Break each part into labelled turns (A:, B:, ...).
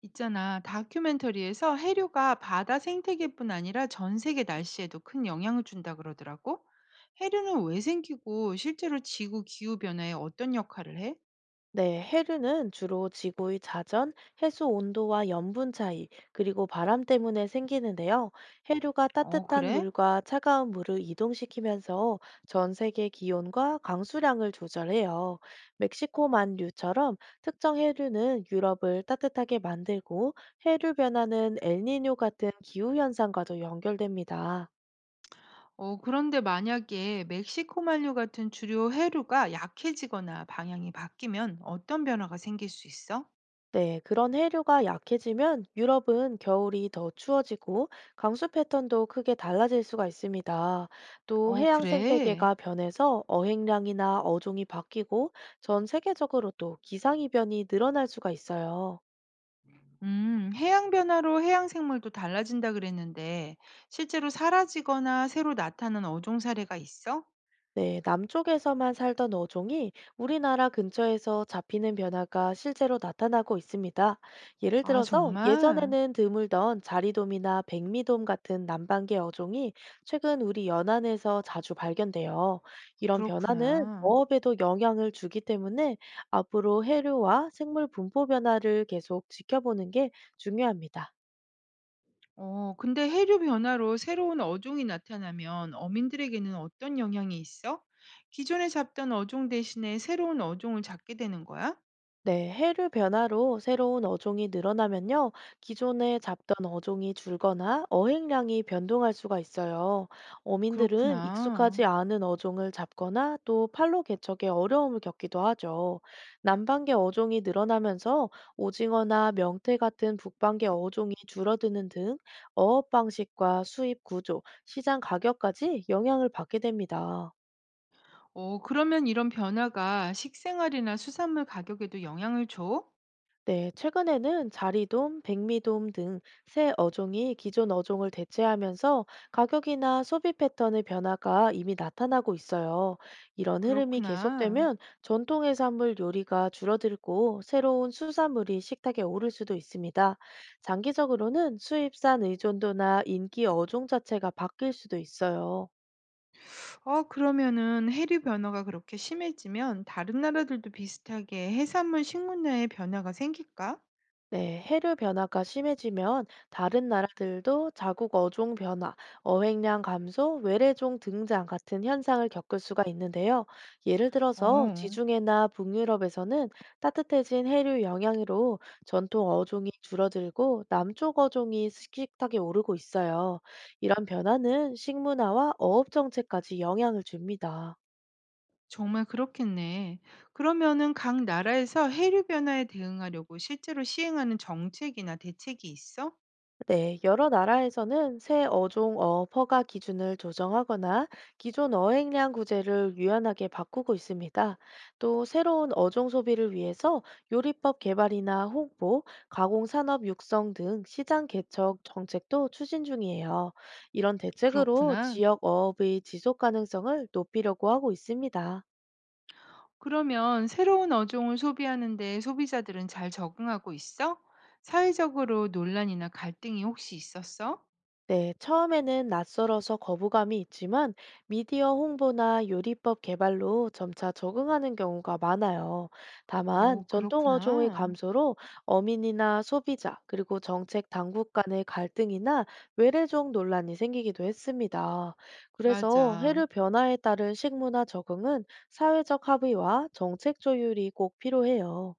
A: 있잖아, 다큐멘터리에서 해류가 바다 생태계뿐 아니라 전 세계 날씨에도 큰 영향을 준다 그러더라고. 해류는 왜 생기고 실제로 지구 기후 변화에 어떤 역할을 해?
B: 네, 해류는 주로 지구의 자전, 해수 온도와 염분 차이, 그리고 바람 때문에 생기는데요. 해류가
A: 어,
B: 따뜻한
A: 그래?
B: 물과 차가운 물을 이동시키면서 전 세계 기온과 강수량을 조절해요. 멕시코만류처럼 특정 해류는 유럽을 따뜻하게 만들고 해류 변화는 엘니뇨 같은 기후 현상과도 연결됩니다.
A: 어, 그런데 만약에 멕시코만류 같은 주류 해류가 약해지거나 방향이 바뀌면 어떤 변화가 생길 수 있어?
B: 네, 그런 해류가 약해지면 유럽은 겨울이 더 추워지고 강수 패턴도 크게 달라질 수가 있습니다. 또
A: 어,
B: 해양
A: 그래.
B: 생태계가 변해서 어획량이나 어종이 바뀌고 전 세계적으로 또 기상이변이 늘어날 수가 있어요.
A: 해양 변화로 해양 생물도 달라진다 그랬는데 실제로 사라지거나 새로 나타난 어종 사례가 있어?
B: 네, 남쪽에서만 살던 어종이 우리나라 근처에서 잡히는 변화가 실제로 나타나고 있습니다. 예를
A: 아
B: 들어서
A: 정말?
B: 예전에는 드물던 자리돔이나 백미돔 같은 남방계 어종이 최근 우리 연안에서 자주 발견돼요. 이런 변화는
A: 그렇구나.
B: 어업에도 영향을 주기 때문에 앞으로 해류와 생물 분포 변화를 계속 지켜보는 게 중요합니다.
A: 어 근데 해류 변화로 새로운 어종이 나타나면 어민들에게는 어떤 영향이 있어? 기존에 잡던 어종 대신에 새로운 어종을 잡게 되는 거야?
B: 네, 해류 변화로 새로운 어종이 늘어나면요, 기존에 잡던 어종이 줄거나 어획량이 변동할 수가 있어요. 어민들은 익숙하지
A: 그렇구나.
B: 않은 어종을 잡거나 또 팔로 개척에 어려움을 겪기도 하죠. 남방계 어종이 늘어나면서 오징어나 명태 같은 북방계 어종이 줄어드는 등 어업 방식과 수입 구조, 시장 가격까지 영향을 받게 됩니다.
A: 어 그러면 이런 변화가 식생활이나 수산물 가격에도 영향을 줘?
B: 네, 최근에는 자리돔, 백미돔 등 새 어종이 기존 어종을 대체하면서 가격이나 소비 패턴의 변화가 이미 나타나고 있어요. 이런 흐름이
A: 그렇구나.
B: 계속되면 전통 해산물 요리가 줄어들고 새로운 수산물이 식탁에 오를 수도 있습니다. 장기적으로는 수입산 의존도나 인기 어종 자체가 바뀔 수도 있어요.
A: 어 그러면은 해류 변화가 그렇게 심해지면 다른 나라들도 비슷하게 해산물 식문화에 변화가 생길까?
B: 네, 해류 변화가 심해지면 다른 나라들도 자국 어종 변화, 어획량 감소, 외래종 등장 같은 현상을 겪을 수가 있는데요. 예를 들어서
A: 어.
B: 지중해나 북유럽에서는 따뜻해진 해류 영향으로 전통 어종이 줄어들고 남쪽 어종이 식탁에 오르고 있어요. 이런 변화는 식문화와 어업 정책까지 영향을 줍니다.
A: 정말 그렇겠네. 그러면은 각 나라에서 해류 변화에 대응하려고 실제로 시행하는 정책이나 대책이 있어?
B: 네, 여러 나라에서는 새 어종 어업 허가 기준을 조정하거나 기존 어획량 구제를 유연하게 바꾸고 있습니다. 또 새로운 어종 소비를 위해서 요리법 개발이나 홍보, 가공산업 육성 등 시장 개척 정책도 추진 중이에요. 이런 대책으로
A: 그렇구나.
B: 지역 어업의 지속 가능성을 높이려고 하고 있습니다.
A: 그러면 새로운 어종을 소비하는데 소비자들은 잘 적응하고 있어? 사회적으로 논란이나 갈등이 혹시 있었어?
B: 네, 처음에는 낯설어서 거부감이 있지만 미디어 홍보나 요리법 개발로 점차 적응하는 경우가 많아요. 다만,
A: 오,
B: 전통 어종의
A: 그렇구나.
B: 감소로 어민이나 소비자, 그리고 정책 당국 간의 갈등이나 외래종 논란이 생기기도 했습니다. 그래서
A: 맞아.
B: 해류 변화에 따른 식문화 적응은 사회적 합의와 정책 조율이 꼭 필요해요.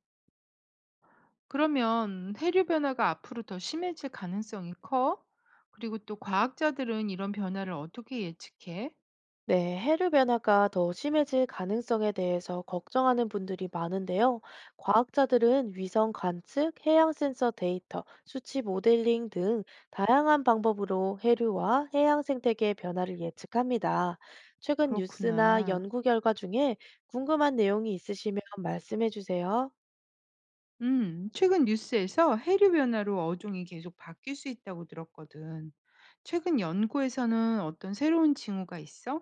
A: 그러면 해류 변화가 앞으로 더 심해질 가능성이 커? 그리고 또 과학자들은 이런 변화를 어떻게 예측해?
B: 네, 해류 변화가 더 심해질 가능성에 대해서 걱정하는 분들이 많은데요. 과학자들은 위성 관측, 해양 센서 데이터, 수치 모델링 등 다양한 방법으로 해류와 해양 생태계의 변화를 예측합니다. 최근 뉴스나
A: 그렇구나.
B: 연구 결과 중에 궁금한 내용이 있으시면 말씀해 주세요.
A: 최근 뉴스에서 해류 변화로 어종이 계속 바뀔 수 있다고 들었거든. 최근 연구에서는 어떤 새로운 징후가 있어?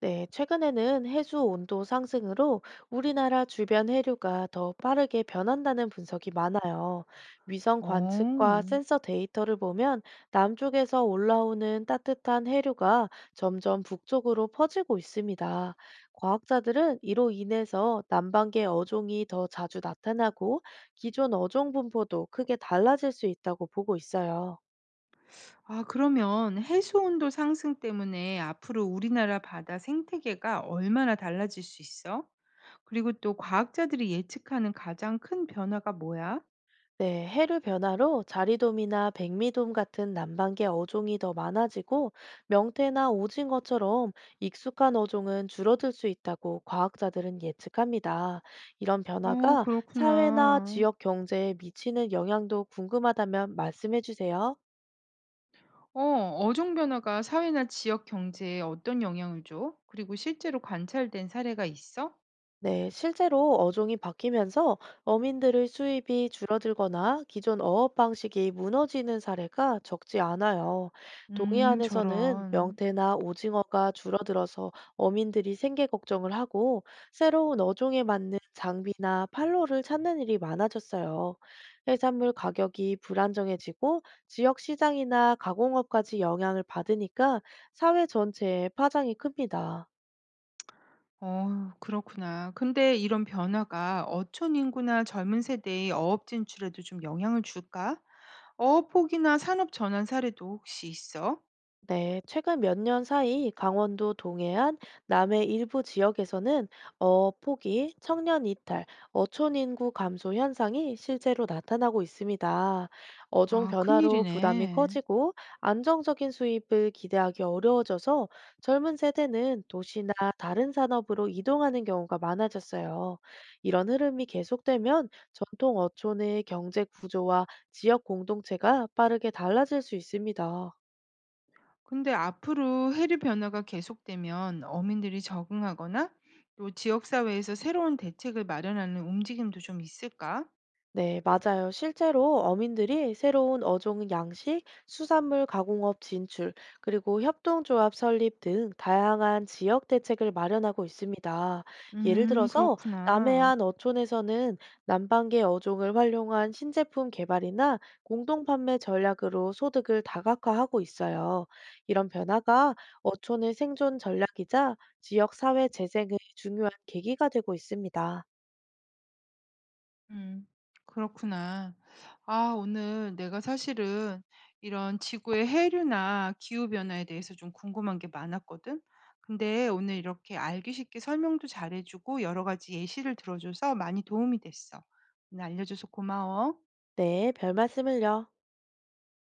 B: 네, 최근에는 해수 온도 상승으로 우리나라 주변 해류가 더 빠르게 변한다는 분석이 많아요. 위성 관측과
A: 어,
B: 센서 데이터를 보면 남쪽에서 올라오는 따뜻한 해류가 점점 북쪽으로 퍼지고 있습니다. 과학자들은 이로 인해서 남반구 어종이 더 자주 나타나고 기존 어종 분포도 크게 달라질 수 있다고 보고 있어요.
A: 아, 그러면 해수 온도 상승 때문에 앞으로 우리나라 바다 생태계가 얼마나 달라질 수 있어? 그리고 또 과학자들이 예측하는 가장 큰 변화가 뭐야?
B: 네, 해류 변화로 자리돔이나 백미돔 같은 남방계 어종이 더 많아지고 명태나 오징어처럼 익숙한 어종은 줄어들 수 있다고 과학자들은 예측합니다. 이런
A: 어,
B: 변화가 사회나
A: 그렇구나.
B: 지역 경제에 미치는 영향도 궁금하다면 말씀해 주세요.
A: 어, 어종 변화가 사회나 지역 경제에 어떤 영향을 줘? 그리고 실제로 관찰된 사례가 있어?
B: 네, 실제로 어종이 바뀌면서 어민들의 수입이 줄어들거나 기존 어업 방식이 무너지는 사례가 적지 않아요. 동해안에서는
A: 저런.
B: 명태나 오징어가 줄어들어서 어민들이 생계 걱정을 하고 새로운 어종에 맞는 장비나 판로를 찾는 일이 많아졌어요. 해산물 가격이 불안정해지고 지역 시장이나 가공업까지 영향을 받으니까 사회 전체에 파장이 큽니다.
A: 어 그렇구나. 근데 이런 변화가 어촌 인구나 젊은 세대의 어업 진출에도 좀 영향을 줄까? 어업 포기나 산업 전환 사례도 혹시 있어?
B: 네, 최근 몇 년 사이 강원도 동해안, 남해 일부 지역에서는 어업 포기, 청년 이탈, 어촌 인구 감소 현상이 실제로 나타나고 있습니다. 어종
A: 아
B: 변화로 부담이
A: 큰일이네.
B: 커지고 안정적인 수입을 기대하기 어려워져서 젊은 세대는 도시나 다른 산업으로 이동하는 경우가 많아졌어요. 이런 흐름이 계속되면 전통 어촌의 경제 구조와 지역 공동체가 빠르게 달라질 수 있습니다.
A: 근데 앞으로 해류 변화가 계속되면 어민들이 적응하거나 또 지역 사회에서 새로운 대책을 마련하는 움직임도 좀 있을까?
B: 네, 맞아요. 실제로 어민들이 새로운 어종 양식, 수산물 가공업 진출, 그리고 협동조합 설립 등 다양한 지역 대책을 마련하고 있습니다. 예를 들어서
A: 그렇구나.
B: 남해안 어촌에서는 남방계 어종을 활용한 신제품 개발이나 공동판매 전략으로 소득을 다각화하고 있어요. 이런 변화가 어촌의 생존 전략이자 지역 사회 재생의 중요한 계기가 되고 있습니다.
A: 음. 그렇구나. 아 오늘 내가 사실은 이런 지구의 해류나 기후 변화에 대해서 좀 궁금한 게 많았거든. 근데 오늘 이렇게 알기 쉽게 설명도 잘해 주고 여러 가지 예시를 들어 줘서 많이 도움이 됐어. 오늘 알려 줘서 고마워.
B: 네, 별 말씀을요.